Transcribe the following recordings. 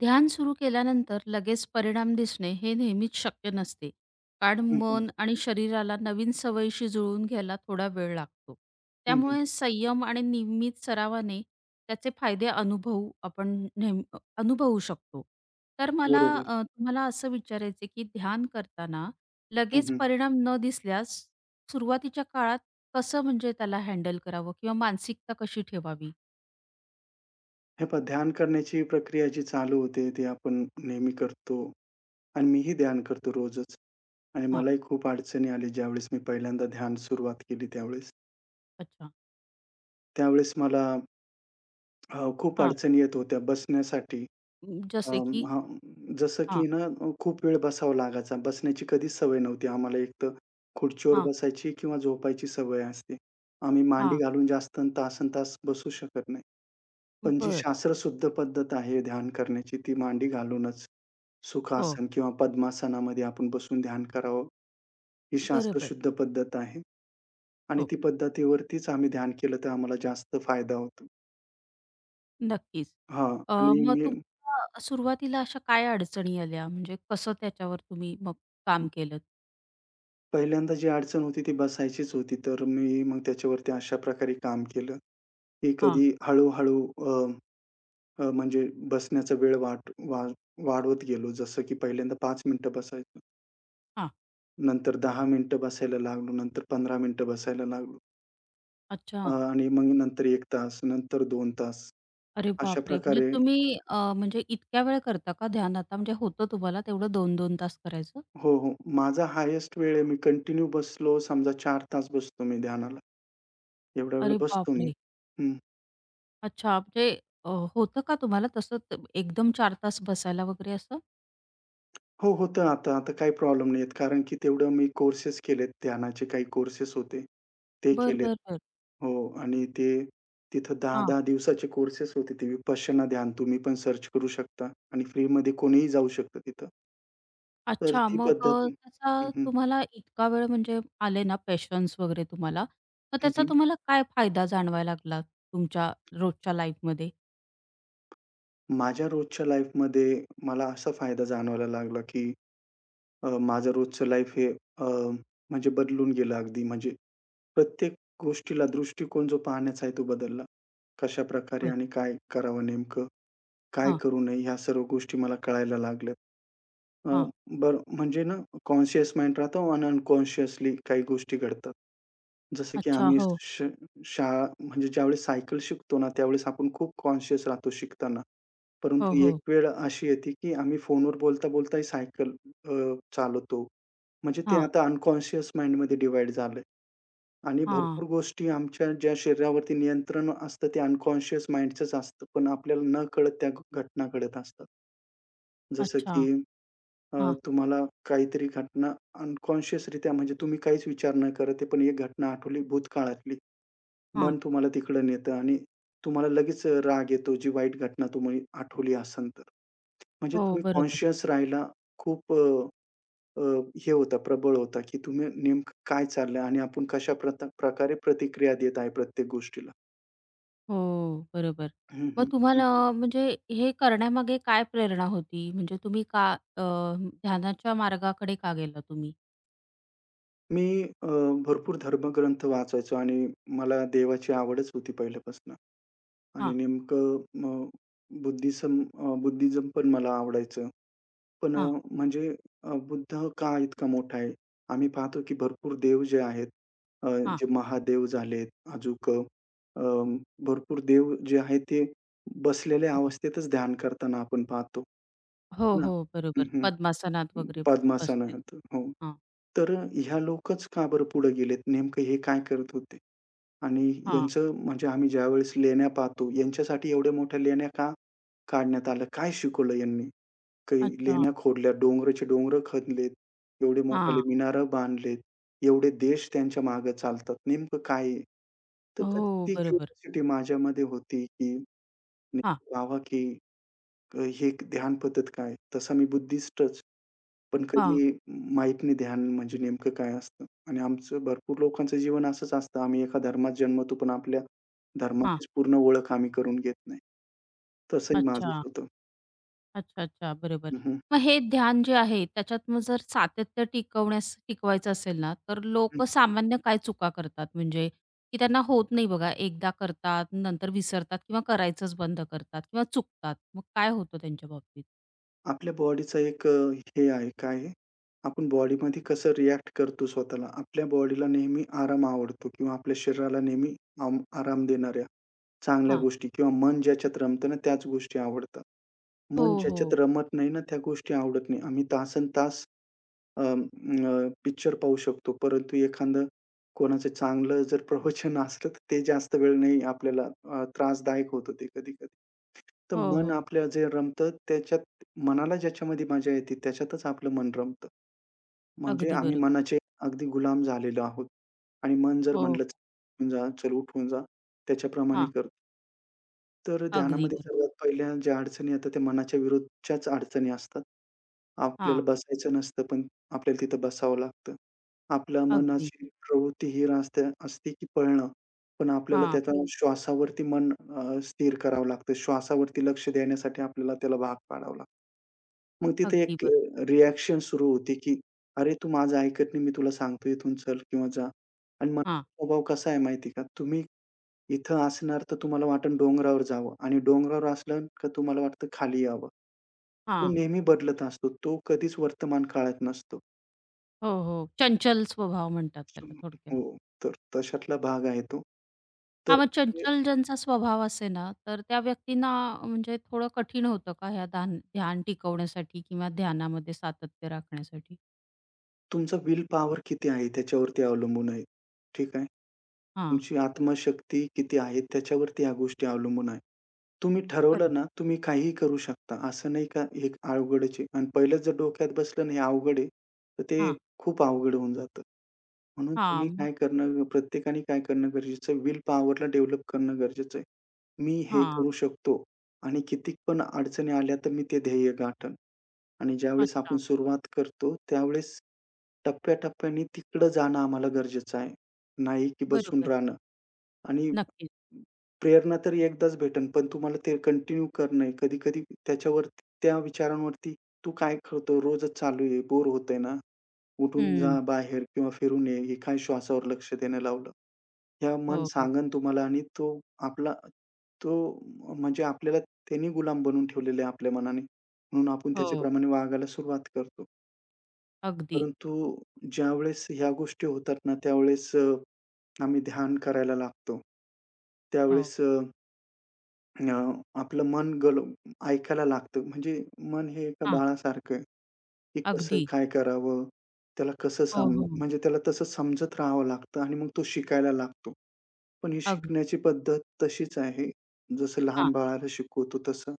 ध्यान सुरू केल्यानंतर लगेच परिणाम दिसणे हे नेहमीच शक्य नसते कारण हं, हं. मन आणि शरीराला नवीन सवयीशी जुळवून घ्यायला थोडा वेळ लागतो हं, हं. त्यामुळे संयम आणि नियमित सरावाने त्याचे फायदे अनुभवू आपण नेहमी अनुभवू शकतो तर मला बरोबर. तुम्हाला असं विचारायचं की ध्यान करताना हं, लगेच हं. परिणाम न दिसल्यास सुरुवातीच्या काळात कसं म्हणजे त्याला हँडल करावं किंवा मानसिकता कशी ठेवावी हे पहा, ध्यान करण्याची प्रक्रिया जी चालू होते, ती आपण नेहमी करतो. आणि मीही ध्यान करतो रोजच. आणि हां मलाही खूप अडचणी आली ज्यावेळेस मी पहिल्यांदा ध्यान सुरुवात केली त्यावेळेस. अच्छा त्यावेळेस मला खूप हां अडचणी येत होत्या बसण्यासाठी. अ, जसे की हां, जसं हां की ना, खूप वेळ बसावं लागायचा. बसण्याची कधीच सवय नव्हती आम्हाला. एकतर खुर्चीवर बसायची किंवा झोपायची सवय असते. आम्ही मांडी हां. घालून जास्त तासनतास बसू शकत नाही. पण जी बरं. शास्त्रशुद्ध पद्धत आहे ध्यान करण्याची, ती मांडी घालूनच, हो. सुखासन किंवा पद्मासनामध्ये आपण बसून ध्यान करावं, ही बरोबर. शास्त्रशुद्ध पद्धत आहे. आणि हो. ती पद्धतीवरतीच आम्ही ध्यान केलं तर आम्हाला जास्त फायदा होतो. नक्कीच. हां, आणि मग मी तुम्हाला सुरुवातीला अशा काय अडचणी आल्या? म्हणजे कसं त्याच्यावर तुम्ही मग काम केलंत? पहिल्यांदा जी अडचण होती ती बसायचीच होती, तर मी मग त्याच्यावरती अशा प्रकारे काम केलं, की हां, कधी हळू-हळू अ, अ, म्हणजे बसण्याचा वेळ वाढ वाढ वाढवत गेलो. जसं की पहिल्यांदा 5 मिनिटं बसायचो. हां. नंतर 10 मिनिटं बसायला लागलो, नंतर 15 मिनिटं बसायला लागलो. अच्छा. आणि मग नंतर 1 तास, नंतर 2 तास अरे अशा बापरे! म्हणजे प्रकारे. तुम्ही म्हणजे इतक्या वेळ करता का ध्यान आता? म्हणजे होतं तुम्हाला तेवढं 2-2 तास करायचं? हो, हो. माझा हायेस्ट वेळ आहे, मी कंटिन्यू बसलो समजा 4 तास बसतो मी ध्यानाला. एवढा वेळ अरे बसतो मी. बापरे! हं. अच्छा. म्हणजे अ, होतं का तुम्हाला तसं एकदम 4 तास बसायला वगैरे असं? हो, होतं आता. आता काही प्रॉब्लेम नाहीयेत. कारण की तेवढं मी कोर्सेस केलेत. ध्यानाचे काही कोर्सेस होते. ते बरं, केलेत. बरं, बरं. हो. आणि ते तिथं 10-10 दिवसाचे कोर्सेस होते. ते विपश्यना ध्यान तुम्ही पण सर्च करू शकता आणि फ्रीमध्ये कोणीही जाऊ शकतं तिथं. तर अच्छा. ती मग पद्धत. हं, त्याचा हं, तुम्हाला इतका वेळ म्हणजे आले ना पेशन्स वगैरे तुम्हाला, मग हं, त्याचा हं. तुम्हाला काय फायदा जाणवायला लागला तुमच्या रोजच्या लाईफमध्ये? माझ्या रोजच्या लाईफमध्ये मला असा फायदा जाणवायला लागला, की माझं रोजचं लाईफ हे म्हणजे बदलून गेलं अगदी. म्हणजे प्रत्येक गोष्टीला दृष्टिकोन जो पाहण्याचा आहे तो बदलला. कशाप्रकारे होय. आणि काय करावं नेमकं? काय हां, करू नये? ह्या सर्व गोष्टी मला कळायला लागल्या. अ, हां. बरं, म्हणजे ना, कॉन्शियस माइंड राहतो आणि अनकॉन्शियसली काही गोष्टी घडतात. जसं की अच्छा. आम्ही हो, श शाळा म्हणजे ज्यावेळेस सायकल शिकतो ना, त्यावेळेस आपण खूप कॉन्शियस राहतो शिकताना. हो, परंतु हो. एक वेळ अशी येते की आम्ही फोनवर बोलता-बोलताही सायकल चालवतो. म्हणजे ते हां, आता अनकॉन्शियस माइंडमध्ये डिव्हाईड झालंय आणि हां. भरपूर गोष्टी आमच्या ज्या शरीरावरती नियंत्रण असतं ते अनकॉन्शियस माइंडचंच असतं. पण आपल्याला नकळत त्या घटना घडत असतात. जसं अच्छा. की अ, हां, तुम्हाला काहीतरी घटना अनकॉन्शियस रित्या, म्हणजे तुम्ही काहीच विचार न करत आहे, पण एक घटना आठवली भूतकाळातली. हां. मन तुम्हाला तिकडं नेतं आणि तुम्हाला लगेच राग येतो, जी वाईट घटना तुम्ही आठवली असेल तर. म्हणजे हो, तुम्ही बरोबर. कॉन्शियस राहायला खूप अ, अ, हे होता, प्रबळ होता, की तुम्ही नेमकं काय चाललंय आणि आपण कशा प्रकारे प्रतिक्रिया देत आहे प्रत्येक गोष्टीला. हो, बरोबर. हं, मग हं, हं, तुम्हाला हं. म्हणजे हे करण्यामागे काय प्रेरणा होती? म्हणजे तुम्ही का ध्यानाच्या मार्गाकडे का गेला तुम्ही? मी भरपूर धर्मग्रंथ वाचायचो आणि मला देवाची आवडच होती पहिल्यापासून. आणि हां, नेमकं मग बुद्धिझम पण मला आवडायचं. पण हां, म्हणजे, बुद्ध का इतका मोठा आहे? आम्ही पाहतो की भरपूर देव जे आहेत, अ, हां. जे महादेव झालेत, अजून अ, भरपूर देव जे आहेत ते बसलेल्या हो. अवस्थेतच ध्यान करताना आपण पाहतो. हो, है ना? हो. हं, बरोबर. हं. पद्मासनात वगैरे पद्मासना बसलेले. होतं. हो. तर ह्या लोकच का बरं पुढे गेलेत? नेमकं हे काय करत होते? आणि हां, यांचं म्हणजे आम्ही ज्यावेळेस लेण्या पाहतो, यांच्यासाठी एवढ्या मोठ्या लेण्या का काढण्यात आल्या? काय शिकवलं यांनी? काही अच्छा. लेण्या खोदल्या, डोंगराचे डोंगर खणलेत, एवढे मोठाले हां. मिनारं बांधलेत, एवढे देश त्यांच्या मागे चालतात. नेमकं काय आहे? तर का हो, ती बरोबर. क्युरिओसिटी माझ्यामध्ये होती, की हां, नेमकं पाहावा, की हे ध्यान पद्धत काय? तसा मी बुद्धिस्टच. पण कधी हां, माहीत नाही ध्यान म्हणजे नेमकं काय असतं. आणि आमचं भरपूर लोकांचं जीवन असंच असतं. आम्ही एका धर्मात जन्मतो, पण आपल्या हां. धर्माचीच पूर्ण ओळख आम्ही करून घेत नाही. तसंही माझंच अच्छा, होतं. अच्छा, अच्छा. बरोबर. हं, हं, मग हे ध्यान जे आहे त्याच्यात मग जर सातत्य टिकवण्यास टिकवायचं असेल ना, तर हं. लोकं सामान्य काय चुका करतात? म्हणजे की त्यांना होत नाही बघा, एकदा करतात, नंतर विसरतात किंवा करायचंच बंद करतात किंवा चुकतात. मग काय होतं त्यांच्या बाबतीत? आपल्या बॉडीचा एक हे आहे, काय आहे? आपण बॉडीमध्ये कसं रिएक्ट करतो स्वतःला. आपल्या बॉडीला नेहमी आराम आवडतो किंवा आपल्या शरीराला नेहमी आराम देणाऱ्या चांगल्या हां. गोष्टी किंवा मन ज्याच्यात रमतं ना त्याच गोष्टी आवडतात. हो, मन हो. ज्याच्यात रमत नाही ना त्या गोष्टी आवडत नाही. आम्ही तासनतास पिक्चर पाहू शकतो. परंतु एखादं कोणाचं चांगलं जर प्रवचन असलं, तर ते जास्त वेळ नाही आपल्याला. त्रासदायक होतं ते कधी-कधी. तर हो, मन हो. आपलं जे रमतं त्याच्यात, मनाला ज्याच्यामध्ये मजा येते त्याच्यातच आपलं मन रमतं. म्हणजे अगदी आम्ही बरोबर. मनाचे अगदी गुलाम झालेलो आहोत आणि मन जर हो. म्हणलं, "उठून जा, चल उठून जा," त्याच्याप्रमाणे हां. करतो. तर अगदी ध्यानामध्ये बरोबर. सर्वात पहिल्या ज्या अडचणी येतात त्या मनाच्या विरुद्धच्याच अडचणी असतात. आपल्याला हां. बसायचं नसतं, पण आपल्याला तिथं बसावं लागतं. आपल्या अगदी. मनाची प्रवृत्ती ही असते असते की पळणं. पण आपल्याला हां. त्याचा हो. श्वासावरती मन स्थिर करावं लागतं. श्वासावरती लक्ष देण्यासाठी आपल्याला त्याला भाग पाडावं लागतं. मग तिथे अगदी एक बरोबर. रिएक्शन सुरू होते, की "अरे, तू माझं ऐकत नाही. मी तुला सांगतो इथून चल किंवा जा." आणि हां, मनाचा स्वभाव कसा आहे माहिती का? तुम्ही इथं असणार तर तुम्हाला वाटेल डोंगरावर जावं आणि डोंगरावर असलं का तुम्हाला वाटतं खाली यावं. तो हां. नेहमी बदलत असतो. तो कधीच वर्तमान काळात नसतो. हो, हो. चंचल स्वभाव म्हणतात त्याला थोडक्यात. हो, तर तशातला भाग आहे तो. तर हां, मग म्हणजे चंचल ज्यांचा स्वभाव असे ना, तर त्या व्यक्तींना म्हणजे थोडं कठीण होतं का ह्या ध्यान ध्यान टिकवण्यासाठी किंवा ध्यानामध्ये सातत्य राखण्यासाठी? तुमचा विल पॉवर किती आहे त्याच्यावरती अवलंबून आहे. ठीक आहे. हां, तुमची आत्मशक्ती किती आहे त्याच्यावरती ह्या गोष्टी अवलंबून आहे. तुम्ही ठरवलं ना, बरोबर. तुम्ही काहीही करू शकता. असं नाही का, हे अवघडच आहे, आणि पहिलंच जर डोक्यात बसलं ना हे अवघड आहे, तर ते हां, खूप अवघड होऊन जातं. म्हणून हां, तुम्ही मग काय करणं, प्रत्येकाने काय करणं गरजेचं आहे, विल पॉवरला डेव्हलप करणं गरजेचं आहे. मी हे हां, करू शकतो आणि किती पण अडचणी आल्या तर मी ते ध्येय गाठेन. आणि ज्यावेळेस आपण अच्छा. सुरुवात करतो, त्यावेळेस टप्प्याटप्प्याने तिकडं जाणं आम्हाला गरजेचं आहे. नाही की बसून बरोबर. राहणं. आणि नक्कीच. प्रेरणा तर एकदाच भेटेल, पण तुम्हाला ते कंटिन्यू करणं आहे. कधी-कधी त्याच्यावरती, त्या विचारांवरती, तू काय करतो? रोजच चालू आहे, बोर होतंय ना? उठून हं. जा बाहेर किंवा फिरून ये, हे काय श्वासावर लक्ष देणं लावलं. हे मन हो, हो. सांगन तुम्हाला. आणि तो आपला तो म्हणजे आपल्याला त्यांनी गुलाम बनवून ठेवलेले आहे आपल्या मनाने. म्हणून आपण हो. त्याच्याप्रमाणे वागायला सुरुवात करतो. अगदी. परंतु ज्यावेळेस ह्या गोष्टी होतात ना, त्यावेळेस आम्ही ध्यान करायला लागतो. हो. त्यावेळेस अ, अ, आपलं मन ऐकायला लागतं. म्हणजे मन हे एका हां, बाळासारखं आहे. की कसं अगदी. काय करावं? त्याला कसं हो, सम हो. म्हणजे त्याला तसं समजत राहावं लागतं आणि मग तो शिकायला लागतो. पण ही अगदी. शिकण्याची पद्धत तशीच आहे. जसं हां, लहान बाळाला शिकवतो तसं.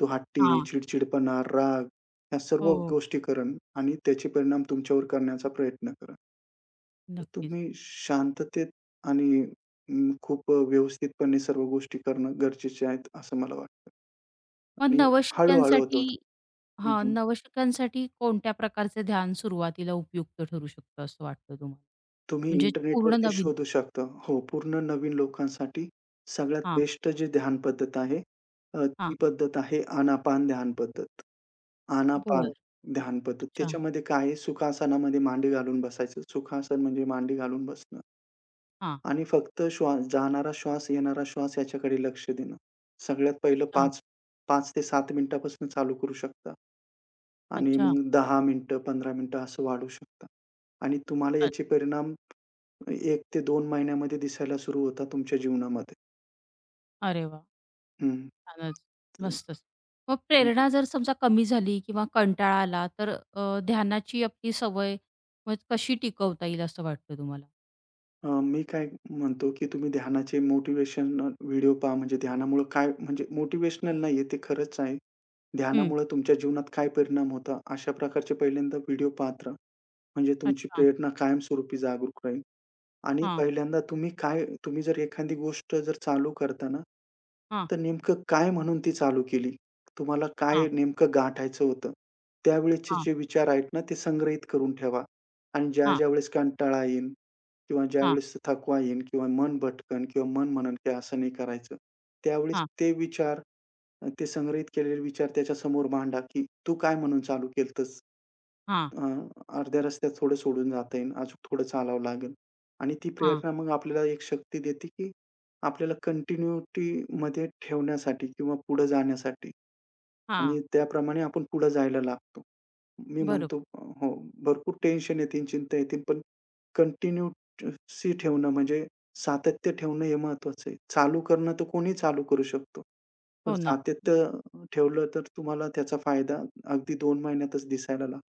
तो हट्टी, हां. चिडचिडपणा, राग, ह्या सर्व हो, गोष्टी करेन आणि त्याचे परिणाम तुमच्यावर करण्याचा प्रयत्न करा. नक्कीच. तुम्ही शांततेत आणि खूप व्यवस्थितपणे सर्व गोष्टी करणं गरजेचे आहेत असं मला वाटतं. मग आणि हळू नवशिक्यांसाठी होतं. हां, नवशिक्यांसाठी कोणत्या प्रकारचे ध्यान सुरुवातीला उपयुक्त ठरू शकतं असं वाटतं तुम्हाला? तुम्ही म्हणजे पूर्ण इंटरनेटवरती नवीन शोधू शकता. हो, पूर्ण नवीन लोकांसाठी सगळ्यात हां, बेस्ट जी ध्यान पद्धत आहे, ती हां. पद्धत आहे आनापान ध्यान पद्धत. आनापान बरं. ध्यान पद्धत. अच्छा. त्याच्यामध्ये काय आहे, सुखासनामध्ये मांडी घालून बसायचं. सुखासन म्हणजे मांडी घालून बसणं हां. आणि फक्त श्वास, जाणारा श्वास, येणारा श्वास याच्याकडे लक्ष देणं. सगळ्यात पहिलं अच्छा, 5 ते 7 मिनिटापासून चालू करू शकता आणि अच्छा. मग 10 मिनिटं, 15 मिनिटं असं वाढवू शकता आणि तुम्हाला अ याचे परिणाम एक ते 2 महिन्यामध्ये दिसायला सुरू होता तुमच्या जीवनामध्ये. अरे वाह! हं. छानच. मस्तच. मग प्रेरणा जर समजा कमी झाली किंवा कंटाळा आला तर ध्यानाची आपली सवय मग कशी टिकवता येईल असं वाटतं तुम्हाला? मी काय म्हणतो, की तुम्ही ध्यानाचे मोटिवेशनल व्हिडिओ पहा. म्हणजे ध्यानामुळं काय, म्हणजे मोटिव्हेशनल नाहीये, ते खरंच आहे. हं. ध्यानामुळं तुमच्या जीवनात काय परिणाम होता, अशा प्रकारचे पहिल्यांदा व्हिडिओ पाहत राहा. म्हणजे तुमची अच्छा. प्रेरणा कायमस्वरूपी जागरूक राहील. आणि हां, पहिल्यांदा तुम्ही काय, तुम्ही जर एखादी गोष्ट जर चालू करता ना, हां, तर नेमकं काय म्हणून ती चालू केली? तुम्हाला काय हां, नेमकं गाठायचं होतं? त्यावेळेचे हां, जे विचार आहेत ना, ते संग्रहित करून ठेवा आणि हां, ज्या-ज्या वेळेस कंटाळा येईल किंवा हां, ज्यावेळेस थकवा येईल किंवा मन भटकन किंवा मन म्हणेल की असं नाही करायचं, त्यावेळेस हां, ते विचार, ते संग्रहित केलेले विचार त्याच्यासमोर मांडा, की "तू काय म्हणून चालू केलतस?" हां, अ, अर्ध्या रस्त्यात थोडं सोडून जाता येईल, अजून थोडं चालावं लागेल. आणि ती हां, प्रेरणा मग आपल्याला एक शक्ती देते, की आपल्याला कंटिन्यूटीमध्ये ठेवण्यासाठी किंवा पुढे जाण्यासाठी, आणि हां. त्याप्रमाणे आपण पुढे जायला लागतो. मी बरोबर. म्हणतो हो, भरपूर टेन्शन येतील, चिंता येतील, पण कंटिन्यूसी ठेवणं, म्हणजे सातत्य ठेवणं हे महत्वाचं आहे. चालू करणं तर कोणीही चालू करू शकतो. पण हो ना. सातत्य ठेवलं तर तुम्हाला त्याचा फायदा अगदी 2 महिन्यातच दिसायला लागतो.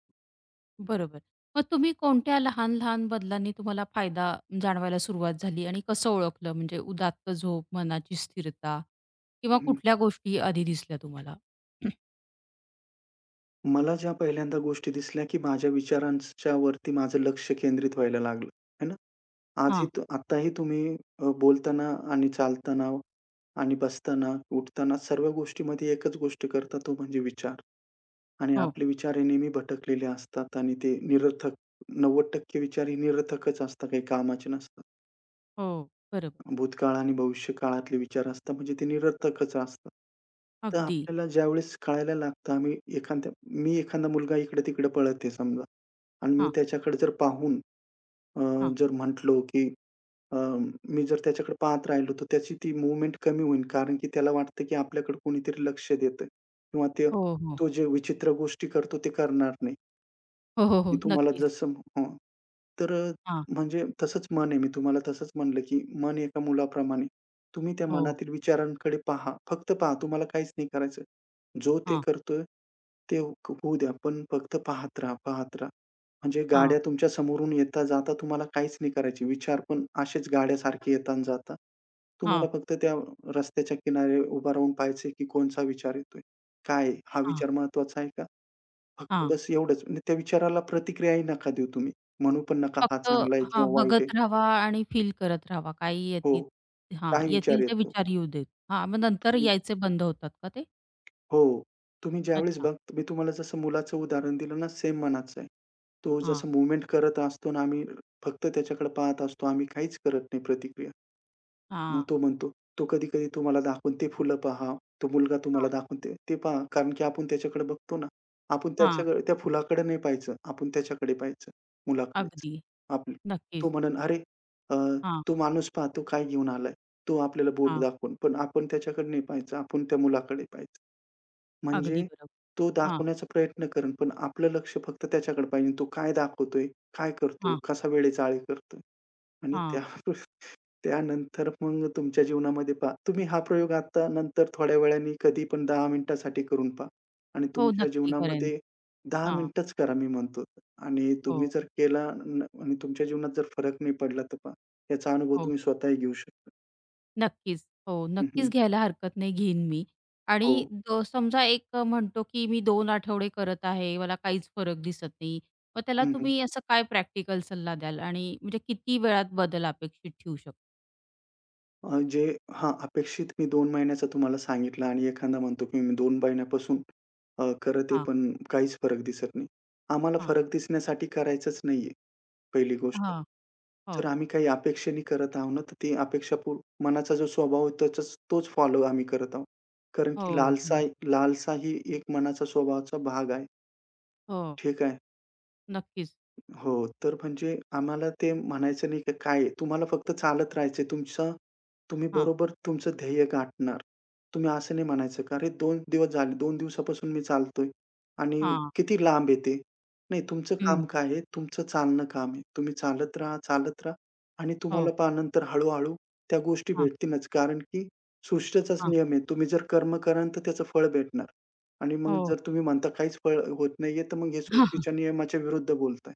बरोबर. मग तुम्ही कोणत्या लहान-लहान बदलांनी तुम्हाला फायदा जाणवायला सुरुवात झाली आणि कसं ओळखलं? म्हणजे उदात्त झोप, मनाची स्थिरता किंवा कुठल्या गोष्टी आधी दिसल्या तुम्हाला? मला ज्या पहिल्यांदा गोष्टी दिसल्या, की माझ्या विचारांच्या वरती माझं लक्ष केंद्रित व्हायला लागलं, है ना. हा, आजही, आत्ताही तुम्ही बोलताना आणि चालताना आणि बसताना, उठताना सर्व गोष्टीमध्ये एकच गोष्ट करता तो म्हणजे विचार. आणि हो, आपले विचार हे नेहमी भटकलेले असतात आणि ते निरर्थक. 90% विचार हे निरर्थकच असतात, काही कामाचे नसतात. हो. बरोबर. भूतकाळ आणि भविष्य काळातले विचार असतात म्हणजे ते निरर्थकच असतात. तर अगदी. आपल्याला ज्यावेळेस कळायला लागतं, आम्ही एखाद्या, मी एखादा मुलगा इकडे-तिकडे पळत आहे समजा आणि मी हां, त्याच्याकडे जर पाहून अ, हा, जर म्हटलो, की अ, मी जर त्याच्याकडे पाहत राहिलो, तर त्याची ती मूव्हमेंट कमी होईल. कारण की त्याला वाटतं, की आपल्याकडे कोणीतरी लक्ष देतंय किंवा ते हो, हो. तो जे विचित्र गोष्टी करतो ते करणार नाही. हो, हो, मी हो. तुम्हाला नक्कीच. जसं, हो. तर हां. म्हणजे तसंच मन आहे. मी तुम्हाला तसंच म्हणलं, की मन एका मुलाप्रमाणे. तुम्ही त्या हो. मनातील विचारांकडे पहा. फक्त पहा. तुम्हाला काहीच नाही करायचं. जो ते हां, करतोय, ते होऊ द्या. पण फक्त पाहत राहा, पाहत राहा. म्हणजे हां, गाड्या तुमच्या समोरून येता-जाता तुम्हाला काहीच नाही करायची. विचार पण असेच गाड्यासारखे येता आणि जाता. हां, तुम्हाला फक्त त्या रस्त्याच्या किनारी उभा राहून पाहायचंय, की कोणचा विचार येतोय? काय आहे? हा हां, विचार महत्वाचा आहे का? फक्त हां. बस एवढंच. म्हणजे त्या विचाराला प्रतिक्रियाही नका देऊ तुम्ही. म्हणू पण नका हा फक्त चांगला आहे हां, किंवा वाईट आहे. बघत राहावा आणि फील करत राहावा. काही हो. येतील हां, काय विचार येतील ते येतो? विचार येऊ देत. हां, मग नंतर तुम्ही, यायचे बंद होतात का ते? हो. तुम्ही ज्यावेळेस अच्छा. बघ, मी तुम्हाला जसं मुलाचं उदाहरण दिलं ना, सेम मनाचं आहे. तो हां, जसं मूव्हमेंट करत असतो ना, आम्ही फक्त त्याच्याकडे पाहत असतो. आम्ही काहीच करत नाही प्रतिक्रिया. मग हां. तो म्हणतो, "तो कधी-कधी तुम्हाला दाखवून ते फुलं पहा, तो मुलगा तुम्हाला हां, दाखवून ते ते पहा." कारण की आपण त्याच्याकडे बघतो ना, आपण हां. त्याच्याकडे, त्या फुलाकडे नाही पाहायचं, आपण त्याच्याकडे पाहायचं, मुलाकडेच. अगदी. आपण, तो नक्कीच. म्हणेल, "अरे, अ, हां, तो माणूस पहा, तो काय घेऊन आलाय." तो आपल्याला बोट हां. दाखवून, पण आपण त्याच्याकडे नाही पाहायचं, आपण त्या मुलाकडे पाहायचं. अगदी म्हणजे बरोबर. तो हां, दाखवण्याचा प्रयत्न करेल, पण आपलं लक्ष फक्त त्याच्याकडे पाहिजे. तो काय दाखवतोय, काय करतो, हां, कसा वेळेचा आळी करतोय आणि त्या हां. त्यानंतर मग तुमच्या जीवनामध्ये पहा. तुम्ही हा प्रयोग आता नंतर थोड्या वेळाने कधी पण 10 मिनिटासाठी करून पहा आणि हो, तुमच्या नक्की करेन. जीवनामध्ये, 10 हां. मिनिटच करा मी म्हणतो, आणि तुम्ही हो, जर केला न आणि तुमच्या जीवनात जर फरक नाही पडला तर पहा, याचा अनुभव हो. तुम्ही स्वतःही घेऊ शकता. नक्कीच. हो, हं, नक्कीच हं. घ्यायला हरकत नाही, घेईन मी. हो. आणि समजा एक म्हणतो, की मी 2 आठवडे करत आहे, मला काहीच फरक दिसत नाही. मग त्याला हं, हं. तुम्ही असं काय प्रॅक्टिकल सल्ला द्याल आणि म्हणजे किती वेळात बदल अपेक्षित ठेवू शकतो? अ, जे हां, अपेक्षित मी 2 महिन्याचा तुम्हाला सांगितला आणि एखादा म्हणतो की मी 2 महिन्यापासून करत आहे, हां, पण काहीच फरक दिसत नाही. आम्हाला हां. फरक दिसण्यासाठी करायचंच नाहीये. पहिली गोष्ट. हां. जर हो, आम्ही काही अपेक्षेने करत आहोत ना, तर ती अपेक्षा पू मनाचा जो स्वभाव आहे त्याचाच तोच फॉलो आम्ही करत आहोत. कारण की हो. लालसा बरोबर. लालसा ही एक मनाचा स्वभावाचा भाग आहे. हो, ठीक आहे. नक्कीच. हो, तर म्हणजे आम्हाला ते म्हणायचं नाही, की काय आहे, तुम्हाला फक्त चालत राहायचंय. तुमचं, तुम्ही हां, बरोबर तुमचं ध्येय गाठणार. तुम्ही असं नाही म्हणायचं, "का अरे 2 दिवस झाले, 2 दिवसापासून मी चालतोय आणि हां. किती लांब आहे ते." नाही, तुमचं हं. काम काय आहे? तुमचं चालणं काम आहे. तुम्ही चालत राहा, चालत राहा आणि हो. तुम्हाला पहा नंतर हळू त्या गोष्टी हां, भेटतीलच. कारण की सृष्टीचाच हां. नियम आहे. तुम्ही जर कर्म कराल, तर त्याचं फळ भेटणार आणि मग हो. जर तुम्ही म्हणता काहीच फळ होत नाहीये, तर मग हे सृष्टीच्या नियमाच्या विरुद्ध बोलताय.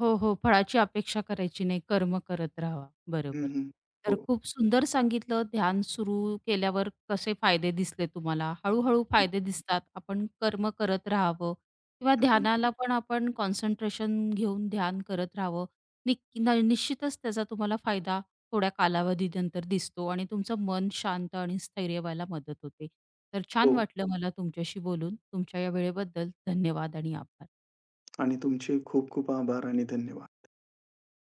हो, हो. फळाची अपेक्षा करायची नाही, कर्म करत राहावा. हं, बरोबर. हं. तर हो. खूप सुंदर सांगितलं ध्यान सुरू केल्यावर कसे फायदे दिसले तुम्हाला. हळू-हळू हं, फायदे दिसतात. आपण कर्म करत राहावं किंवा हं, ध्यानाला पण आपण कॉन्सन्ट्रेशन घेऊन ध्यान करत राहावं. निक न निश्चितच त्याचा तुम्हाला फायदा थोड्या कालावधीनंतर दिसतो आणि तुमचं मन शांत आणि स्थैर्य व्हायला मदत होते. तर छान हो, वाटलं मला तुमच्याशी बोलून. तुमच्या या वेळेबद्दल धन्यवाद आणि आभार. आणि तुमचे खूप खूप आभार आणि धन्यवाद.